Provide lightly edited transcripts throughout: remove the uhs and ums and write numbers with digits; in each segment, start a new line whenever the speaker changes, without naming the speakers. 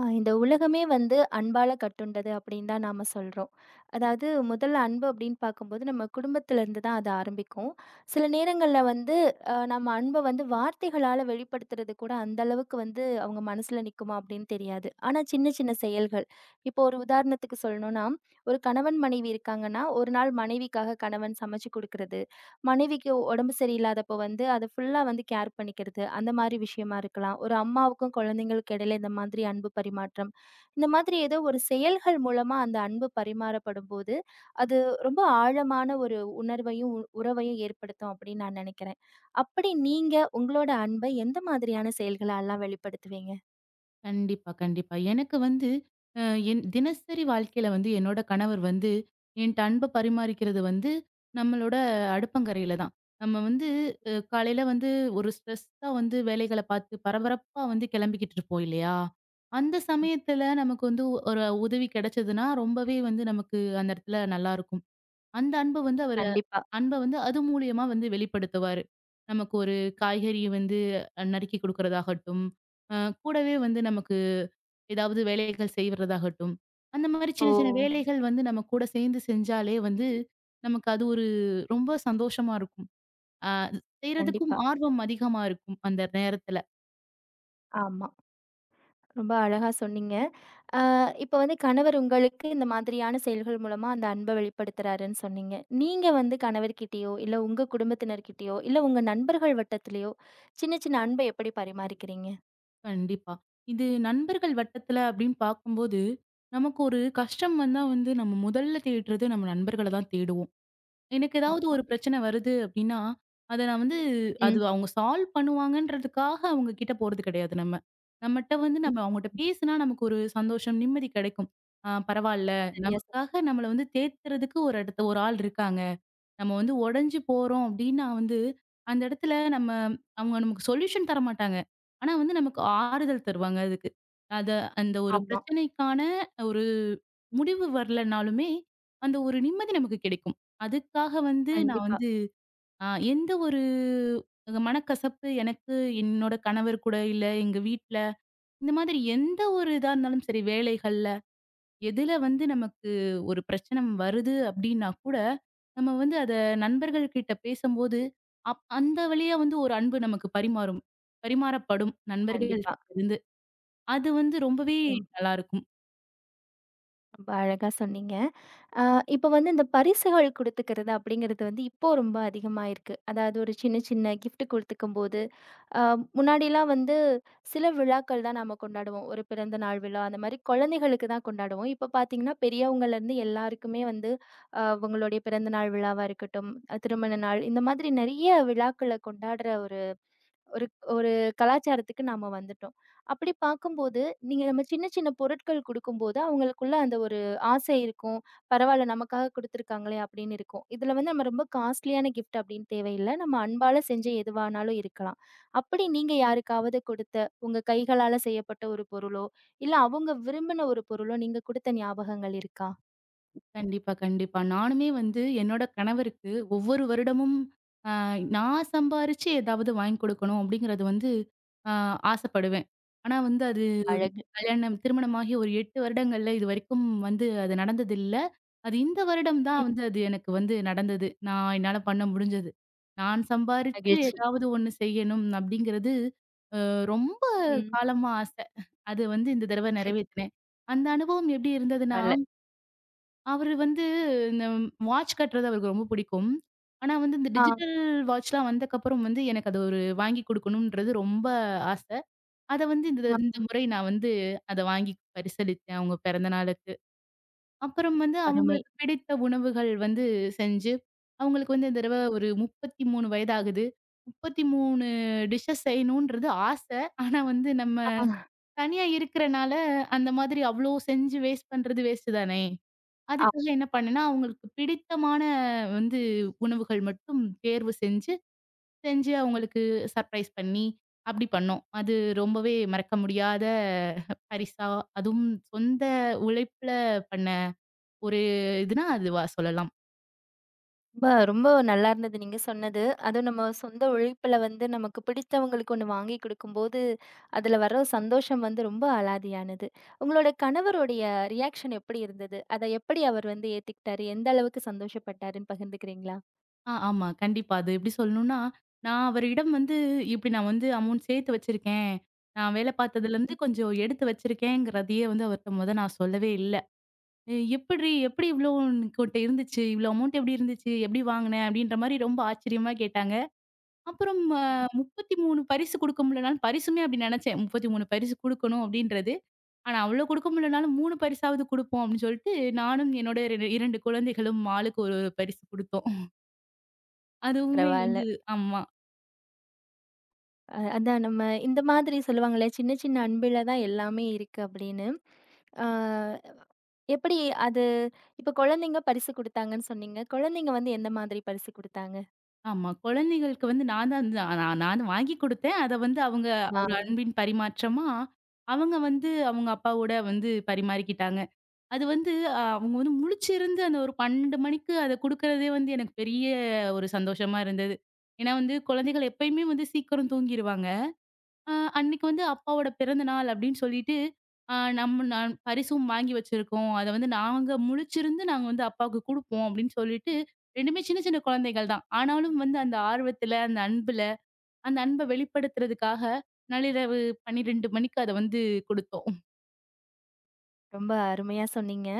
ஆ, இந்த உலகமே வந்து அன்பால கட்டுண்டது அப்படின்னு தான் நாம சொல்றோம். அதாவது முதல்ல அன்பு அப்படின்னு பார்க்கும்போது நம்ம குடும்பத்திலேருந்து தான் அது ஆரம்பிக்கும். சில நேரங்கள்ல வந்து நம்ம அன்ப வந்து வார்த்தைகளால வெளிப்படுத்துறது கூட அந்த அளவுக்கு வந்து அவங்க மனசுல நிக்குமா அப்படின்னு தெரியாது. ஆனா சின்ன சின்ன செயல்கள், இப்போ ஒரு உதாரணத்துக்கு சொல்லணும்னா, ஒரு கணவன் மனைவி இருக்காங்கன்னா, ஒரு நாள் மனைவிக்காக கணவன் சமைச்சு குடுக்குறது. மனைவிக்கு உடம்பு சரியில்லாதப்போ வந்து அத ஃபுல்லா வந்து கேர் பண்ணிக்கிறது. அந்த மாரி விஷயமா இருக்கலாம். ஒரு அம்மாவுக்கும் குழந்தைங்களுக்கு இடையில இந்த மாதிரி அன்பு பரிமாற்றம். இந்த மாதிரி ஏதோ ஒரு செயல்கள் மூலமா அந்த அன்பு பரிமாறப்படும்போது, அது ரொம்ப ஆழமான ஒரு உணர்வையும், உறவையும் ஏற்படுத்தும் அப்படின்னு நான் நெனைக்கிறேன். அப்படி நீங்க உங்களோட அன்ப எந்த மாதிரியான செயல்கள எல்லாம் வெளிப்படுத்துவீங்க?
கண்டிப்பா, கண்டிப்பா. எனக்கு வந்து அ என் தினசரி வாழ்க்கையில வந்து என்னோட கணவர் வந்து என்ட்ட அன்ப பரிமாறிக்கிறது வந்து நம்மளோட அடுப்பங்கரையில தான். நம்ம வந்து காலையில வந்து ஒரு ஸ்ட்ரெஸ்ஸா வந்து வேலைகள பார்த்து பரபரப்பா வந்து கிளம்பிக்கிட்டு இருப்போம் இல்லையா? அந்த
ம்.
சமயத்துல நமக்கு வந்து ஒரு உதவி கிடைச்சதுன்னா ரொம்பவே வந்து நமக்கு அந்த இடத்துல நல்லாருக்கும். அந்த அன்ப வந்து அவரு
கண்டிப்பா.
அன்ப வந்து அது மூலியமா வந்து வெளிப்படுத்துவாரு. நமக்கு ஒரு காய்கறி வந்து நறுக்கி குடுக்குறதாகட்டும், அ கூடவே வந்து நமக்கு ஏதாவது வேலைகள் செய்றதாகட்டும், அந்த மாரி
ஓ!
சின்ன சின்ன வேலைகள் வந்து நம்ம கூட சேர்ந்து செஞ்சாலே வந்து, நமக்கு அது ஒரு ரொம்ப சந்தோஷமா இருக்கும். அ செய்றதுக்கும்
கண்டிப்பா.
ஆர்வம் அதிகமா இருக்கும் அந்த நேரத்துல.
ஆமா. ரொம்ப அழகா சொன்னீங்க. அ இப்ப வந்து கணவர் உங்களுக்கு இந்த மாதிரியான செயல்கள் மூலமா அந்த அன்ப வெளிப்படுத்துறாருன்னு சொன்னீங்க. நீங்க வந்து கணவர்கிட்டயோ, இல்ல உங்க குடும்பத்தினர்கிட்டயோ, இல்ல உங்க நண்பர்கள் வட்டத்திலயோ சின்ன சின்ன அன்ப எப்படி பரிமாறிக்கிறீங்க?
கண்டிப்பா. இது நண்பர்கள் வட்டத்துல அப்படின்னு பார்க்கும்போது, நமக்கு ஒரு கஷ்டம் வந்தா வந்து நம்ம முதல்ல தேடுறது நம்ம நண்பர்கள தான் தேடுவோம். எனக்கு ஏதாவது
ஆமா.
ஒரு பிரச்சனை வருது அப்டின்னா, அத நான் வந்து அது
ம்.
அவங்க சால்வ் பண்ணுவாங்கன்றதுக்காக அவங்க கிட்ட போறது கிடையாது நம்ம. நம்மட்ட வந்து நம்ம அவங்கட்ட
ம்.
பேசினா நமக்கு ஒரு சந்தோஷம், நிம்மதி கிடைக்கும். ஆ, பரவால்ல.
சரியா சொன்
நமக்காக நம்மள வந்து தேத்துறதுக்கு ஒரு இடத்த ஒரு ஆள் இருக்காங்க. நம்ம வந்து உடைஞ்சு போறோம் அப்படின்னா வந்து அந்த இடத்துல நம்ம அவங்க நமக்கு சொல்யூஷன் தர மாட்டாங்க. ஆனா வந்து நமக்கு ஆறுதல் தருவாங்க அதுக்கு. அத அந்த ஒரு
ஆமா.
பிரச்சனைக்கான ஒரு முடிவு வரலனாலுமே, அந்த ஒரு நிம்மதி நமக்கு கிடைக்கும். அதுக்காக வந்து நான்
கண்டிப்பா,
வந்து அ எந்த ஒரு மனக்கசப்பு எனக்கு என்னோட கணவர் கூட, இல்ல எங்க வீட்ல இந்த மாதிரி எந்த ஒரு இதா இருந்தாலும் சரி வேலைகள்ல எதுல வந்து நமக்கு ஒரு பிரச்சனை வருது அப்படின்னா கூட, நம்ம வந்து அத நண்பர்கள் கிட்ட பேசம்போது, அந்த வழியா வந்து ஒரு அன்பு நமக்கு பரிமாறும். பரிமாறப்படும்
கண்டிப்பா.
நண்பர்களிடமிருந்து. அது வந்து ரொம்பவே
ம்.
நல்லாருக்கும்.
ரொம்ப அழகா சொன்னீங்க. அ இப்ப வந்து இந்த பரிசுகள் குடுத்துக்கிறது அப்படிங்கிறது வந்து இப்போ ரொம்ப அதிகமா இருக்கு. அதாவது ஒரு சின்ன சின்ன கிஃப்ட் குடுத்துக்கும்போது, அ முன்னாடிலாம் வந்து சில விழாக்கள் தான் நாம கொண்டாடுவோம். ஒரு பிறந்த நாள் விழா அந்த மாரி குழந்தைகளுக்கு தான் கொண்டாடுவோம். இப்ப பார்த்தீங்கன்னா, பெரியவங்கலேருந்து எல்லாருக்குமே வந்து அவங்களுடைய பிறந்த நாள் விழாவா இருக்கட்டும், திருமண நாள் இந்த மாதிரி நெறைய விழாக்கள கொண்டாடுற ஒரு ஒரு ஒரு கலாச்சாரத்துக்கு நாம வந்துட்டோம். அப்படி பார்க்கும்போது, நீங்க நம்ம சின்ன சின்ன பொருட்கள் குடுக்கும்போது, அவங்களுக்குள்ள அந்த ஒரு ஆசை இருக்கும். பரவால்ல நமக்காக குடுத்துருக்காங்களே அப்படின்னு இருக்கும். இதுல வந்து நம்ம ரொம்ப காஸ்ட்லியான கிஃப்ட் அப்படின்னு தேவையில்ல. நம்ம அன்பால செஞ்ச எதுவானாலும் இருக்கலாம். அப்படி நீங்க யாருக்காவது கொடுத்த, உங்க கைகளால செய்யப்பட்ட ஒரு பொருளோ, இல்ல அவங்க விரும்பின ஒரு பொருளோ நீங்க குடுத்த ஞாபகங்கள் இருக்கா?
கண்டிப்பா, கண்டிப்பா. நானுமே வந்து என்னோட கணவருக்கு ஒவ்வொரு வருடமும் அ நான் சம்பாரிச்சு ஏதாவது வாங்கி கொடுக்கணும் அப்படிங்கிறது வந்து அ ஆசைப்படுவேன். ஆனா வந்து அது
அழகு.
கல்யாணம் திருமணமாகி ஒரு 8 வருடங்கள்ல இதுவரைக்கும் வந்து அது நடந்ததில்ல. அது இந்த வருடம்
ம்.
தான் வந்து அது எனக்கு வந்து நடந்தது. நான் என்னால பண்ண முடிஞ்சது. நான் சம்பாரிச்சு
மகிழ்ச்சி.
ஏதாவது ஒண்ணு செய்யணும் அப்படிங்கிறது ரொம்ப
ம்.
காலமா ஆசை. அது வந்து இந்த தடவை நிறைவேத்தினேன். அந்த அனுபவம் எப்படி இருந்ததுன்னா
நல்ல.
அவரு வந்து இந்த வாட்ச் கட்டுறது அவருக்கு ரொம்ப பிடிக்கும். ஆனா வந்து இந்த
ஆ,
டிஜிட்டல் வாட்ச்லாம் வந்தக்கப்புறம் வந்து எனக்கு அது ஒரு வாங்கி குடுக்கணும்ன்றது ரொம்ப ஆசை. அத வந்து இந்த இந்த
ஆ.
முறை நான் வந்து அத வாங்கி பரிசளித்தேன் அவங்க பிறந்த நாளுக்கு. அப்புறம் வந்து
அருமை.
அவங்களுக்கு பிடித்த உணவுகள் வந்து செஞ்சு, அவங்களுக்கு வந்து இந்த தடவ ஒரு 33 வயதாகுது. 33 டிஷ்ஷஸ் செய்யணுன்றது ஆசை. ஆனா வந்து நம்ம தனியா இருக்கறனால, அந்த மாதிரி அவ்ளோ செஞ்சு வேஸ்ட் பண்றது வேஸ்ட் தானே!
ஆ.
அதுக்காக என்ன பண்ணேன்னா, அவங்களுக்கு பிடித்தமான வந்து உணவுகள் மட்டும் தேர்வு செஞ்சு, செஞ்சு அவங்களுக்கு சர்ப்ரைஸ் பண்ணி, அப்படி பண்ணோம். அது ரொம்பவே மறக்க முடியாத பரிசா, அதுவும் சொந்த உழைப்புல பண்ண ஒரு இதுன்னா அதுவா சொல்லலாம்.
ரொம்ப ரொம்ப நல்லா இருந்தது நீங்க சொன்னது. அதுவும் நம்ம சொந்த உழைப்புல வந்து நமக்கு பிடித்தவங்களுக்கு ஒண்ணு வாங்கி குடுக்கும்போது, அதுல வர சந்தோஷம் வந்து ரொம்ப அலாதியானது. உங்களோட கணவருடைய ரியாக்ஷன் எப்படி இருந்தது? அத எப்படி அவர் வந்து ஏத்துக்கிட்டாரு? எந்த அளவுக்கு சந்தோஷப்பட்டாருன்னு பகிர்ந்துக்கிறீங்களா?
ஆ, ஆமா. கண்டிப்பா. அது எப்படி சொல்லணும்னா, நான் அவரிடம் வந்து இப்படி நான் வந்து அமௌண்ட் சேர்த்து வச்சிருக்கேன். நான் வேலை பார்த்ததுலேருந்து கொஞ்சம் எடுத்து வச்சிருக்கேங்கிறதையே வந்து அவர்ட்ட மொத நான் சொல்லவே இல்ல. எப்பிட்ரி? எப்பிடி இவ்ளோ உனக்கிட்ட இருந்துச்சு? இவ்ளோ அமௌண்ட் எப்பிடி இருந்துச்சு? எப்பிடி வாங்குன? அப்பிடின்ற மாரி ரொம்ப ஆச்சரியமா கேட்டாங்க. அப்புறம் 33 பரிசு குடுக்க முடியலனாலும் பரிசுமே அப்பிடி நினச்சேன். 33 பரிசு குடுக்கணும் அப்பிடின்றது. ஆனா, அவ்ளோ குடுக்க முடியலனாலும் 3 பரிசாவது குடுப்போம் அப்பிடின்னு சொல்லிட்டு, நானும் என்னோட 2 குழந்தைகளும் ஆளுக்கு ஒரு ஒரு பரிசு குடுத்தோம். அதுவுமே
பரவால்ல.
வந்து ஆமா,
அதான் நம்ம இந்த மாதிரி சொல்லுவாங்கல்ல, சின்ன சின்ன அன்பில தான் எல்லாமே இருக்கு அப்படின்னு. ஆ, எப்படி அது இப்ப குழந்தைங்க பரிசு குடுத்தாங்கன்னு சொன்னீங்க. குழந்தைங்க வந்து எந்த மாதிரி பரிசு குடுத்தாங்க?
ஆமா. குழந்தைகளுக்கு வந்து நான் தான் வந்து நான் நான் தான் வாங்கி குடுத்தேன். அத வந்து அவங்க ஒரு அன்பின் பரிமாற்றமா, அவங்க வந்து அவங்க அப்பாவோட வந்து பரிமாறிக்கிட்டாங்க. அது வந்து அவங்க வந்து முழிச்சிருந்து அந்த ஒரு 12 மணிக்கு அத குடுக்குறதே வந்து எனக்கு பெரிய ஒரு சந்தோஷமா இருந்தது. ஏன்னா வந்து குழந்தைகள் எப்பயுமே வந்து சீக்கிரம் தூங்கிருவாங்க. அ அன்னைக்கு வந்து அப்பாவோட பிறந்த நாள் அப்படின்னு சொல்லிட்டு, நம்ம நான் பரிசும் வாங்கி வச்சிருக்கோம். அத வந்து நாங்க முழிச்சிருந்து நாங்க வந்து அப்பாவுக்கு குடுப்போம் அப்படின்னு சொல்லிட்டு 2மே சின்ன சின்ன குழந்தைகள் தான். ஆனாலும் வந்து அந்த ஆர்வத்துல, அந்த அன்புல, அந்த அன்ப வெளிப்படுத்துறதுக்காக நள்ளிரவு 12 மணிக்கு அத வந்து குடுத்தோம்.
ரொம்ப அருமையா சொன்னீங்க.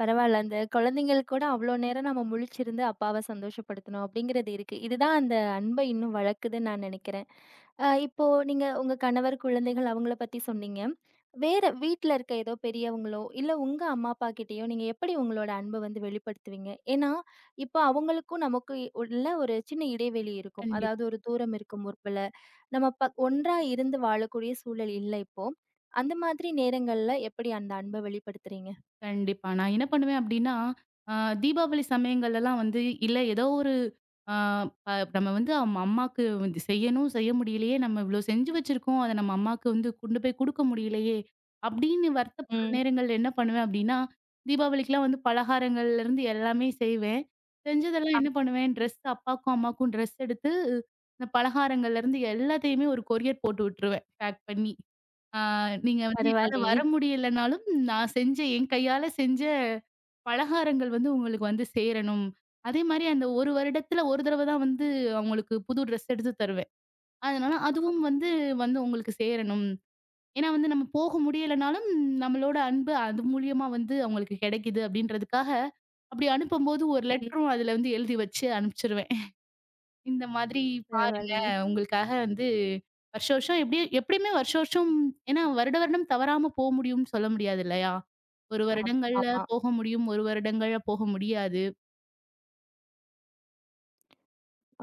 பரவால்ல. அந்த குழந்தைங்களுக்கு கூட அவ்ளோ நேரம் நம்ம முழிச்சிருந்து அப்பாவ சந்தோஷப்படுத்தணும் அப்படிங்கிறது இருக்கு. இதுதான் அந்த அன்பை இன்னும் வளர்க்குதுன்னு நான் நெனைக்கிறேன். இப்போ நீங்க உங்க கணவர், குழந்தைகள் அவங்கள பத்தி சொன்னீங்க. வேற வீட்ல இருக்க ஏதோ பெரியவங்களோ, இல்ல உங்க அம்மா, அப்பா கிட்டயோ நீங்க எப்படி உங்களோட அன்ப வந்து வெளிப்படுத்துவீங்க? ஏன்னா, இப்போ அவங்களுக்கும் நமக்கு உள்ள ஒரு சின்ன இடைவெளி இருக்கும்.
கண்டிப்பா.
அதாவது ஒரு தூரம் இருக்கும் முற்பல. நம்ம ப ஒன்றா இருந்து வாழக்கூடிய சூழல் இல்ல இப்போ. அந்த மாதிரி நேரங்கள்ல எப்படி அந்த அன்ப வெளிப்படுத்துறீங்க?
கண்டிப்பா. நான் என்ன பண்ணுவேன் அப்டின்னா, அ தீபாவளி சமயங்கள்லலாம் வந்து இல்ல ஏதோ ஒரு அ நம்ம வந்து நம்ம அம்மாக்கு வந்து செய்யணும், செய்ய முடியலையே. நம்ம இவ்ளோ செஞ்சு வச்சிருக்கோம். அத நம்ம அம்மாக்கு வந்து கொண்டு போய் குடுக்க முடியலையே! அப்டின்னு வருத்தப்படுற
ம்.
நேரங்கள்ல என்ன பண்ணுவேன் அப்டின்னா, தீபாவளிக்குலாம் வந்து பலகாரங்கள்லேருந்து எல்லாமே செய்வேன்.
ஆ,
செஞ்சதெல்லாம் என்ன பண்ணுவேன், ட்ரெஸ் அப்பாக்கும், அம்மாக்கும் ட்ரெஸ் எடுத்து, இந்த பலகாரங்கள்லேருந்து எல்லாத்தையுமே ஒரு கொரியர் போட்டு விட்டுருவேன், பேக் பண்ணி. ஆ, நீங்க வந்து என்னால
பரவாயில்லயே!
வர முடியலனாலும், நான் செஞ்ச என் கையால செஞ்ச பலகாரங்கள் வந்து உங்களுக்கு வந்து சேரணும். அதேமாரி அந்த 1 வருடத்துல 1 தடவ தான் வந்து அவங்களுக்கு புது ட்ரெஸ் எடுத்து தருவேன். அதனால
ஆ.
அதுவும் வந்து வந்து உங்களுக்கு சேரணும். ஏன்னா வந்து நம்ம போக முடியலனாலும், நம்மளோட அன்பு அது மூலியமா வந்து அவங்களுக்கு கிடைக்குது அப்டின்றதுக்காக, அப்டி அனுப்பும்போது ஒரு
ம்.
லெட்டரும் அதுல வந்து எழுதி வச்சு அனுப்பிச்சுருவேன். இந்த மாதிரி பாருங்க,
பரவாயில்லயே!
உங்களுக்காக வந்து வருஷம் வருஷம் எப்படியும் எப்படியுமே வருஷம் வருஷம் ஏன்னா வருட வருடம் தவறாம போ முடியும்னு சொல்ல முடியாது இல்லையா? 1
ஆம்.
வருடங்கள்ல
ஆமா.
போக முடியும், 1 வருடங்கள்ல போக முடியாது.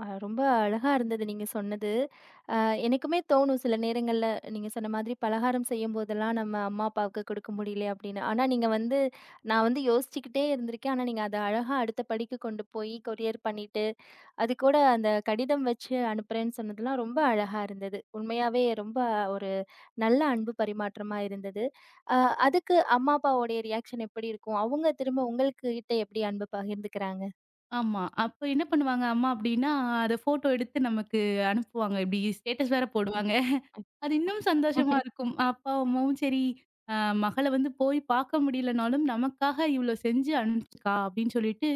ரொம்ப அழகா இருந்தது நீங்க சொன்னது. அ எனக்குமே தோணும் சில நேரங்கள்ல நீங்க சொன்ன மாதிரி பலகாரம் செய்யும்போதெல்லாம் நம்ம அம்மா, அப்பாவுக்கு கொடுக்க முடியல அப்படின்னு. ஆனா நீங்க வந்து நான் வந்து யோசிச்சுக்கிட்டே இருந்திருக்கேன். ஆனா நீங்க அத அழகா அடுத்த படிக்கு கொண்டு போய் கொரியர் பண்ணிட்டு, அதுக்கூட அந்த கடிதம் வச்சு அனுப்புறேன்னு சொன்னதெல்லாம் ரொம்ப அழகா இருந்தது. உண்மையாவே ரொம்ப ஒரு நல்ல அன்பு பரிமாற்றமா இருந்தது. அ அதுக்கு அம்மா, அப்பாவோடைய ரியாக்ஷன் எப்படி இருக்கும்? அவங்க திரும்ப உங்கள்கிட்ட எப்படி அன்பு பகிர்ந்துக்கிறாங்க?
ஆமா. அப்ப என்ன பண்ணுவாங்க அம்மா அப்படின்னா, அத ஃபோட்டோ எடுத்து நமக்கு அனுப்புவாங்க. இப்படி ஸ்டேட்டஸ் வேற போடுவாங்க. அது இன்னும் சந்தோஷமா இருக்கும். அப்பா, அம்மாவும் சரி, அ மகள வந்து போய் பார்க்க முடியலனாலும், நமக்காக இவ்ளோ செஞ்சு அனுப்பிச்சிருக்கா அப்படின்னு சொல்லிட்டு,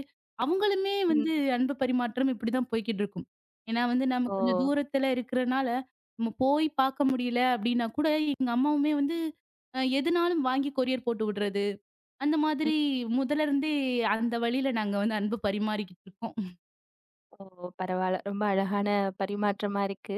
அவங்களுமே
ம்.
வந்து அன்பு பரிமாற்றம் இப்படிதான் போய்க்கிட்டு இருக்கும். ஏன்னா வந்து நம்ம
ஓ!
கொஞ்சம் தூரத்துல இருக்கிறனால, நம்ம போய் பார்க்க முடியல அப்படின்னா கூட, எங்க அம்மாவுமே வந்து எதுனாலும் வாங்கி கொரியர் போட்டு விடுறது. அந்த மாதிரி முதல்ல இருந்தே அந்த வழியில நாங்க வந்து அன்பு பரிமாறிக்கிட்டு இருக்கோம்.
ஓ! பரவால்ல. ரொம்ப அழகான பரிமாற்றமா இருக்கு.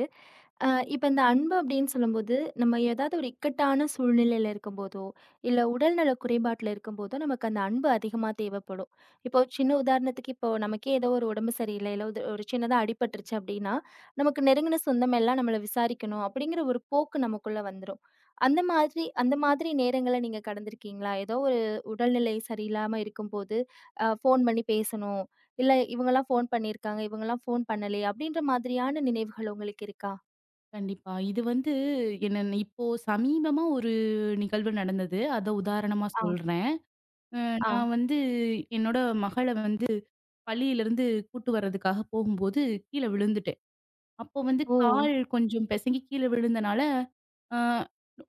அ இப்ப இந்த அன்பு அப்படின்னு சொல்லும்போது, நம்ம ஏதாவது ஒரு இக்கட்டான சூழ்நிலையில இருக்கும்போதோ, இல்ல உடல்நல குறைபாட்டுல இருக்கும்போதோ, நமக்கு அந்த அன்பு அதிகமா தேவைப்படும். இப்போ ஒரு சின்ன உதாரணத்துக்கு இப்போ நமக்கே ஏதோ ஒரு உடம்பு சரியில்ல, இல்ல ஒரு ஒரு சின்னதா அடிபட்டுருச்சு அப்படின்னா, நமக்கு நெருங்கின சொந்தம் எல்லாம் நம்மள விசாரிக்கணும் அப்படிங்கிற ஒரு போக்கு நமக்குள்ள வந்துரும். அந்த மாதிரி நேரங்கள நீங்க கடந்திருக்கீங்களா? ஏதோ ஒரு உடல்நிலை சரியில்லாம இருக்கும்போது, ஃபோன் பண்ணி பேசணும். இல்ல இவங்கலாம் ஃபோன் பண்ணியிருக்காங்க, இவங்கலாம் ஃபோன் பண்ணலயே அப்டின்ற மாதிரியான நினைவுகள் உங்களுக்கு இருக்கா?
கண்டிப்பா. இது வந்து என்னென்ன இப்போ சமீபமா ஒரு நிகழ்வு நடந்தது. அத உதாரணமா
ஆ,
சொல்றேன். அ
ஆ.
நான் வந்து என்னோட மகள வந்து பள்ளியிலிருந்து கூட்டு வர்றதுக்காக போகும்போது கீழ விழுந்துட்டேன். அப்போ வந்து
ஓ!
கால் கொஞ்சம் பிசங்கி கீழ விழுந்தனால, அ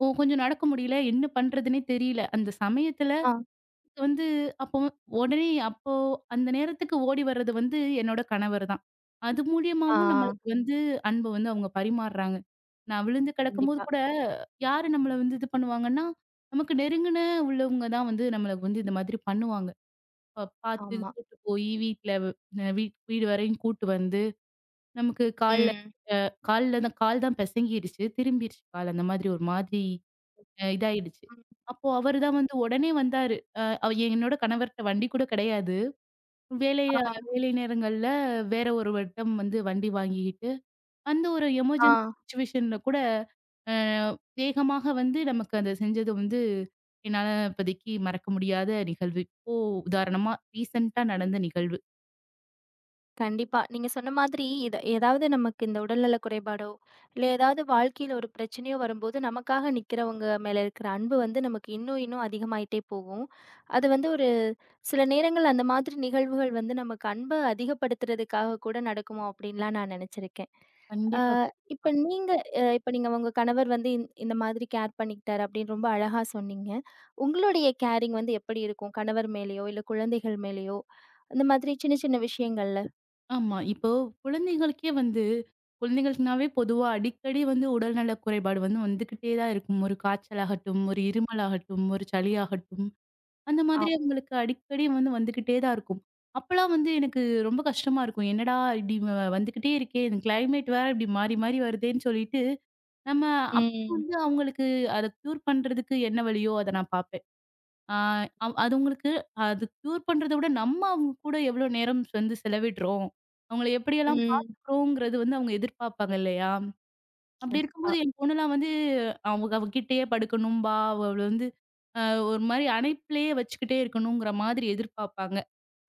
கொஞ்சம் நடக்க முடியல. என்ன பண்றதுன்னே தெரியல. அந்த சமயத்துல
ஆ,
வந்து அப்போ உடனே அந்த நேரத்துக்கு ஓடி வர்றது வந்து என்னோட கணவர் தான். அது மூலியமாவும்
ஆ.
நம்மளுக்கு வந்து அன்ப வந்து அவங்க பரிமாறுறாங்க. நான் விழுந்து கிடக்கும்போது
கண்டிப்பா.
கூட யாரு நம்மள வந்து இது பண்ணுவாங்கன்னா, நமக்கு நெருங்குன உள்ளவங்க தான் வந்து நம்மளுக்கு வந்து இந்த மாதிரி பண்ணுவாங்க. பார்த்து
ஆமா.
கூட்டு போயி வீட்ல அ வீ வீடு வரையும் கூட்டு வந்து, நமக்கு கால்ல
ம்.
கால்ல தான் கால் தான் பெசங்கிருச்சு. திரும்பிருச்சு கால். அந்த மாதிரி ஒரு மாதிரி இதாயிடுச்சு.
ம்.
அப்போ அவரு தான் வந்து உடனே வந்தாரு. அவ என்னோட கணவர்ட்ட வண்டி கூட கிடையாது. வேலை
ஆ,
வேலை நேரங்கள்ல வேற ஒரு வட்டம் வந்து வண்டி வாங்கிக்கிட்டு, அந்த ஒரு எமர்ஜென்சி
ஆ.
சிச்சுவேஷன்ல கூட அ வேகமாக வந்து நமக்கு அத செஞ்சது வந்து என்னால இப்போதைக்கு மறக்க முடியாத நிகழ்வு. இப்போ உதாரணமா ரீசென்ட்டா நடந்த நிகழ்வு.
கண்டிப்பா. நீங்க சொன்ன மாதிரி இத ஏதாவது நமக்கு இந்த உடல்நல குறைபாடோ, இல்ல ஏதாவது வாழ்க்கையில ஒரு பிரச்சனையோ வரும்போது, நமக்காக நிக்கிறவங்க மேல இருக்கிற அன்பு வந்து நமக்கு இன்னும், இன்னும் அதிகமாயிட்டே போகும். அது வந்து ஒரு சில நேரங்கள் அந்த மாதிரி நிகழ்வுகள் வந்து நமக்கு அன்ப அதிகப்படுத்துறதுக்காக கூட நடக்குமோ அப்டின்லாம் நான் நெனச்சிருக்கேன். ஆ
கண்டிப்பா,
இப்ப
கண்டிப்பா.
நீங்க அ இப்ப நீங்க உங்க கணவர் வந்து இந்த மாதிரி கேர் பண்ணிக்கிட்டாரு அப்டின்னு ரொம்ப அழகா சொன்னீங்க. உங்களுடைய கேரிங் வந்து எப்படி இருக்கும்? கணவர் மேலயோ, இல்ல குழந்தைகள் மேலயோ, இந்த மாதிரி சின்ன, சின்ன விஷயங்கள்ல?
ஆமா. இப்போ குழந்தைகளுக்கே வந்து குழந்தைகளுக்குனாவே பொதுவா அடிக்கடி வந்து உடல்நல குறைபாடு வந்து வந்துகிட்டே தான் இருக்கும். ஒரு காய்ச்சலாகட்டும், ஒரு இருமலாகட்டும், ஒரு சளியாகட்டும், அந்த மாதிரி
ஆம்.
அவங்களுக்கு அடிக்கடி வந்து வந்துகிட்டே தான் இருக்கும். அப்பலாம் வந்து எனக்கு ரொம்ப கஷ்டமா இருக்கும். என்னடா இப்படி வந்துகிட்டே இருக்கே! இந்த கிளைமேட் வேற இப்படி மாறி, மாறி வருதேன்னு சொல்லிட்டு, நம்ம அப்போ
ம்.
வந்து அவங்களுக்கு அத க்யூர் பண்றதுக்கு என்ன வழியோ அத நான் பார்ப்பேன். ஆ அது உங்களுக்கு அது க்யூர் பண்றத விட, நம்ம அவங்க கூட எவ்ளோ நேரம் வந்து செலவிடுறோம், அவங்கள எப்படியெல்லாம்
ம்.
பார்த்துக்கிறோங்கிறது வந்து அவங்க எதிர்பார்ப்பாங்க இல்லையா? அப்படி
கண்டிப்பா.
இருக்கும்போது என் பொண்ணுலாம் வந்து அவங்க அவ கிட்டயே படுக்கணும்பா, அவள வந்து அ ஒரு மாரி அணைப்பிலேயே வச்சுக்கிட்டே இருக்கணுங்கிற மாதிரி எதிர்பார்ப்பாங்க.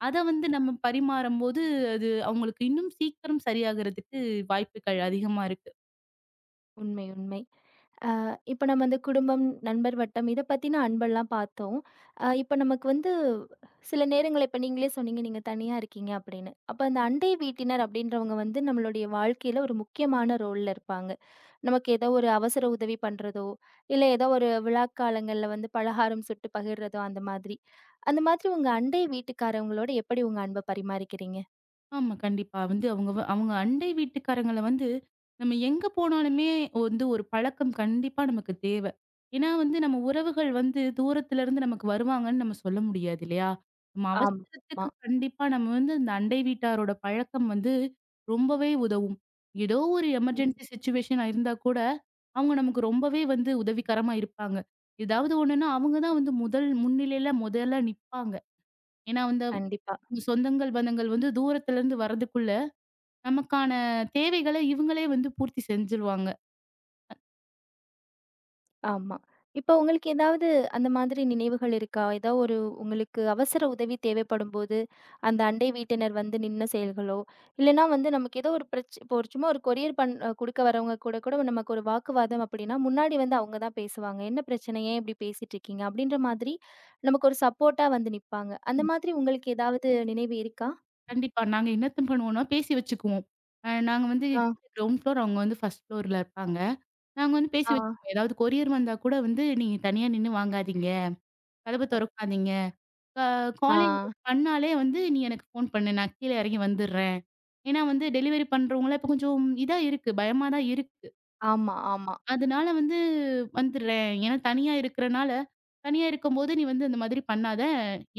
அத வந்து நம்ம பரிமாறும்போது, அது அவங்களுக்கு இன்னும் சீக்கிரம் சரியாகறதுக்கு வாய்ப்புகள் அதிகமா இருக்கு.
உண்மை, உண்மை. இப்ப நம்ம அந்த குடும்பம், நண்பர் வட்டம் இத பத்தின அன்பெல்லாம் பார்த்தோம். இப்ப நமக்கு வந்து சில நேரங்கள்ல இப்ப நீங்களே சொன்னீங்க, நீங்க தனியா இருக்கீங்க அப்படின்னு. அப்ப அந்த அண்டை வீட்டினர் அப்படின்றவங்க வந்து நம்மளுடைய வாழ்க்கையில ஒரு முக்கியமான ரோல்ல இருப்பாங்க. நமக்கு ஏதோ ஒரு அவசர உதவி பண்றதோ, இல்ல ஏதோ ஒரு விழாக்காலங்கள்ல வந்து பலகாரம் சுட்டு பகிர்றதோ அந்த மாதிரி. அந்த மாதிரி உங்க அண்டை வீட்டுக்காரவங்களோட எப்படி உங்க அன்ப பரிமாறிக்கிறீங்க?
ஆமா. கண்டிப்பா. வந்து அவங்க அவங்க அண்டை வீட்டுக்காரங்கள வந்து, நம்ம எங்க போனாலுமே வந்து ஒரு பழக்கம் கண்டிப்பா நமக்கு தேவ. ஏன்னா வந்து நம்ம உறவுகள் வந்து தூரத்துல இருந்து நமக்கு வருவாங்கன்னு நம்ம சொல்ல முடியாது இல்லையா? நம்ம
ஆமா. ஆமா.
அவசரத்துக்கு கண்டிப்பா நம்ம வந்து இந்த அண்டை வீட்டாரோட பழக்கம் வந்து ரொம்பவே உதவும். ஏதோ ஒரு
ம்.
எமர்ஜென்சி சிச்சுவேஷனா இருந்தா கூட, அவங்க நமக்கு ரொம்பவே வந்து உதவிகரமா இருப்பாங்க. ஏதாவது ஒண்ணுன்னா அவங்க தான் வந்து முதல் முன்னிலையில முதல்ல நிப்பாங்க. ஏன்னா வந்து
கண்டிப்பா.
சொந்தங்கள், பந்தங்கள் வந்து தூரத்துல இருந்து வரதுக்குள்ள நமக்கான தேவைகள இவங்களே வந்து பூர்த்தி செஞ்சுருவாங்க.
ஆமா. இப்போ உங்களுக்கு ஏதாவது அந்த மாதிரி நினைவுகள் இருக்கா? ஏதாவது ஒரு உங்களுக்கு அவசர உதவி தேவைப்படும்போது, அந்த அண்டை வீட்டினர் வந்து நின்ன செயல்களோ, இல்லன்னா வந்து நமக்கு ஏதோ ஒரு பிரச் இப்போ ஒரு சும்மா ஒரு கொரியர் பண் அ குடுக்க வரவங்க கூட கூட நமக்கு ஒரு வாக்குவாதம் அப்படின்னா, முன்னாடி வந்து அவங்க தான் பேசுவாங்க. "என்ன பிரச்சனை? ஏன் இப்படி பேசிட்டுருக்கீங்க?" அப்படின்ற மாதிரி நமக்கு ஒரு சப்போர்ட்டா வந்து நிப்பாங்க. அந்த மாதிரி உங்களுக்கு ஏதாவது நினைவு இருக்கா?
கண்டிப்பா. நாங்க என்னத்த பண்ணுவோம்னா, பேசி வச்சுக்குவோம். நாங்க வந்து
ஆ,
கீழ கிரவுண்ட் ஃப்ளோர். அவங்க வந்து ஃபர்ஸ்ட் ஃப்ளோர்ல இருப்பாங்க. நாங்க வந்து பேசி
ஆ, ஆ.
வச்சுக்குவோம். ஏதாவது கொரியர் வந்தா கூட வந்து, "நீங்க தனியா நின்னு வாங்காதீங்க. கதவ தொறக்காதீங்க. அ
ஆ,
காலிங் பண்ணாலே வந்து நீ எனக்கு ஃபோன் பண்ணு. நான் கீழ எறங்கி வந்துர்றேன்." ஏன்னா வந்து டெலிவரி பண்றவங்கலாம் இப்ப கொஞ்சம் இதா இருக்கு. பயமா தான் இருக்கு.
ஆமா, ஆமா.
அதனால வந்து வந்துடுறேன். ஏன்னா தனியா இருக்கிறனால, தனியா இருக்கும்போது "நீ வந்து அந்த மாதிரி பண்ணாத.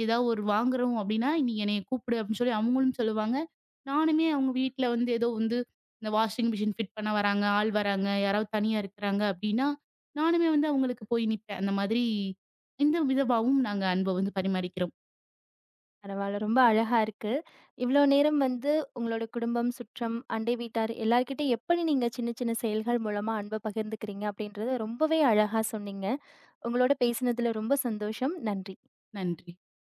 ஏதாவது ஒரு வாங்குறோம் அப்படின்னா, நீ என்னைய கூப்பிடு" அப்படின்னு சொல்லி அவங்களும் சொல்லுவாங்க. நானுமே அவங்க வீட்ல வந்து ஏதோ வந்து இந்த வாஷிங் மிஷின் ஃபிட் பண்ண வராங்க, ஆள் வராங்க, யாராவது தனியா இருக்கிறாங்க அப்படின்னா, நானுமே வந்து அவங்களுக்கு போய் நிப்பேன். அந்த மாதிரி இந்த விதமாவும் நாங்க அன்ப வந்து பரிமாறிக்கிறோம்.
பரவால்ல. ரொம்ப அழகா இருக்கு. இவ்ளோ நேரம் வந்து உங்களோட குடும்பம், சுற்றம், அண்டை வீட்டார் எல்லார்கிட்டயும் எப்படி நீங்க சின்ன சின்ன செயல்கள் மூலமா அன்ப பகிர்ந்துக்கிறீங்க அப்படின்றத ரொம்பவே அழகா சொன்னீங்க. உங்களோட பேசினதுல ரொம்ப சந்தோஷம். நன்றி.
நன்றி.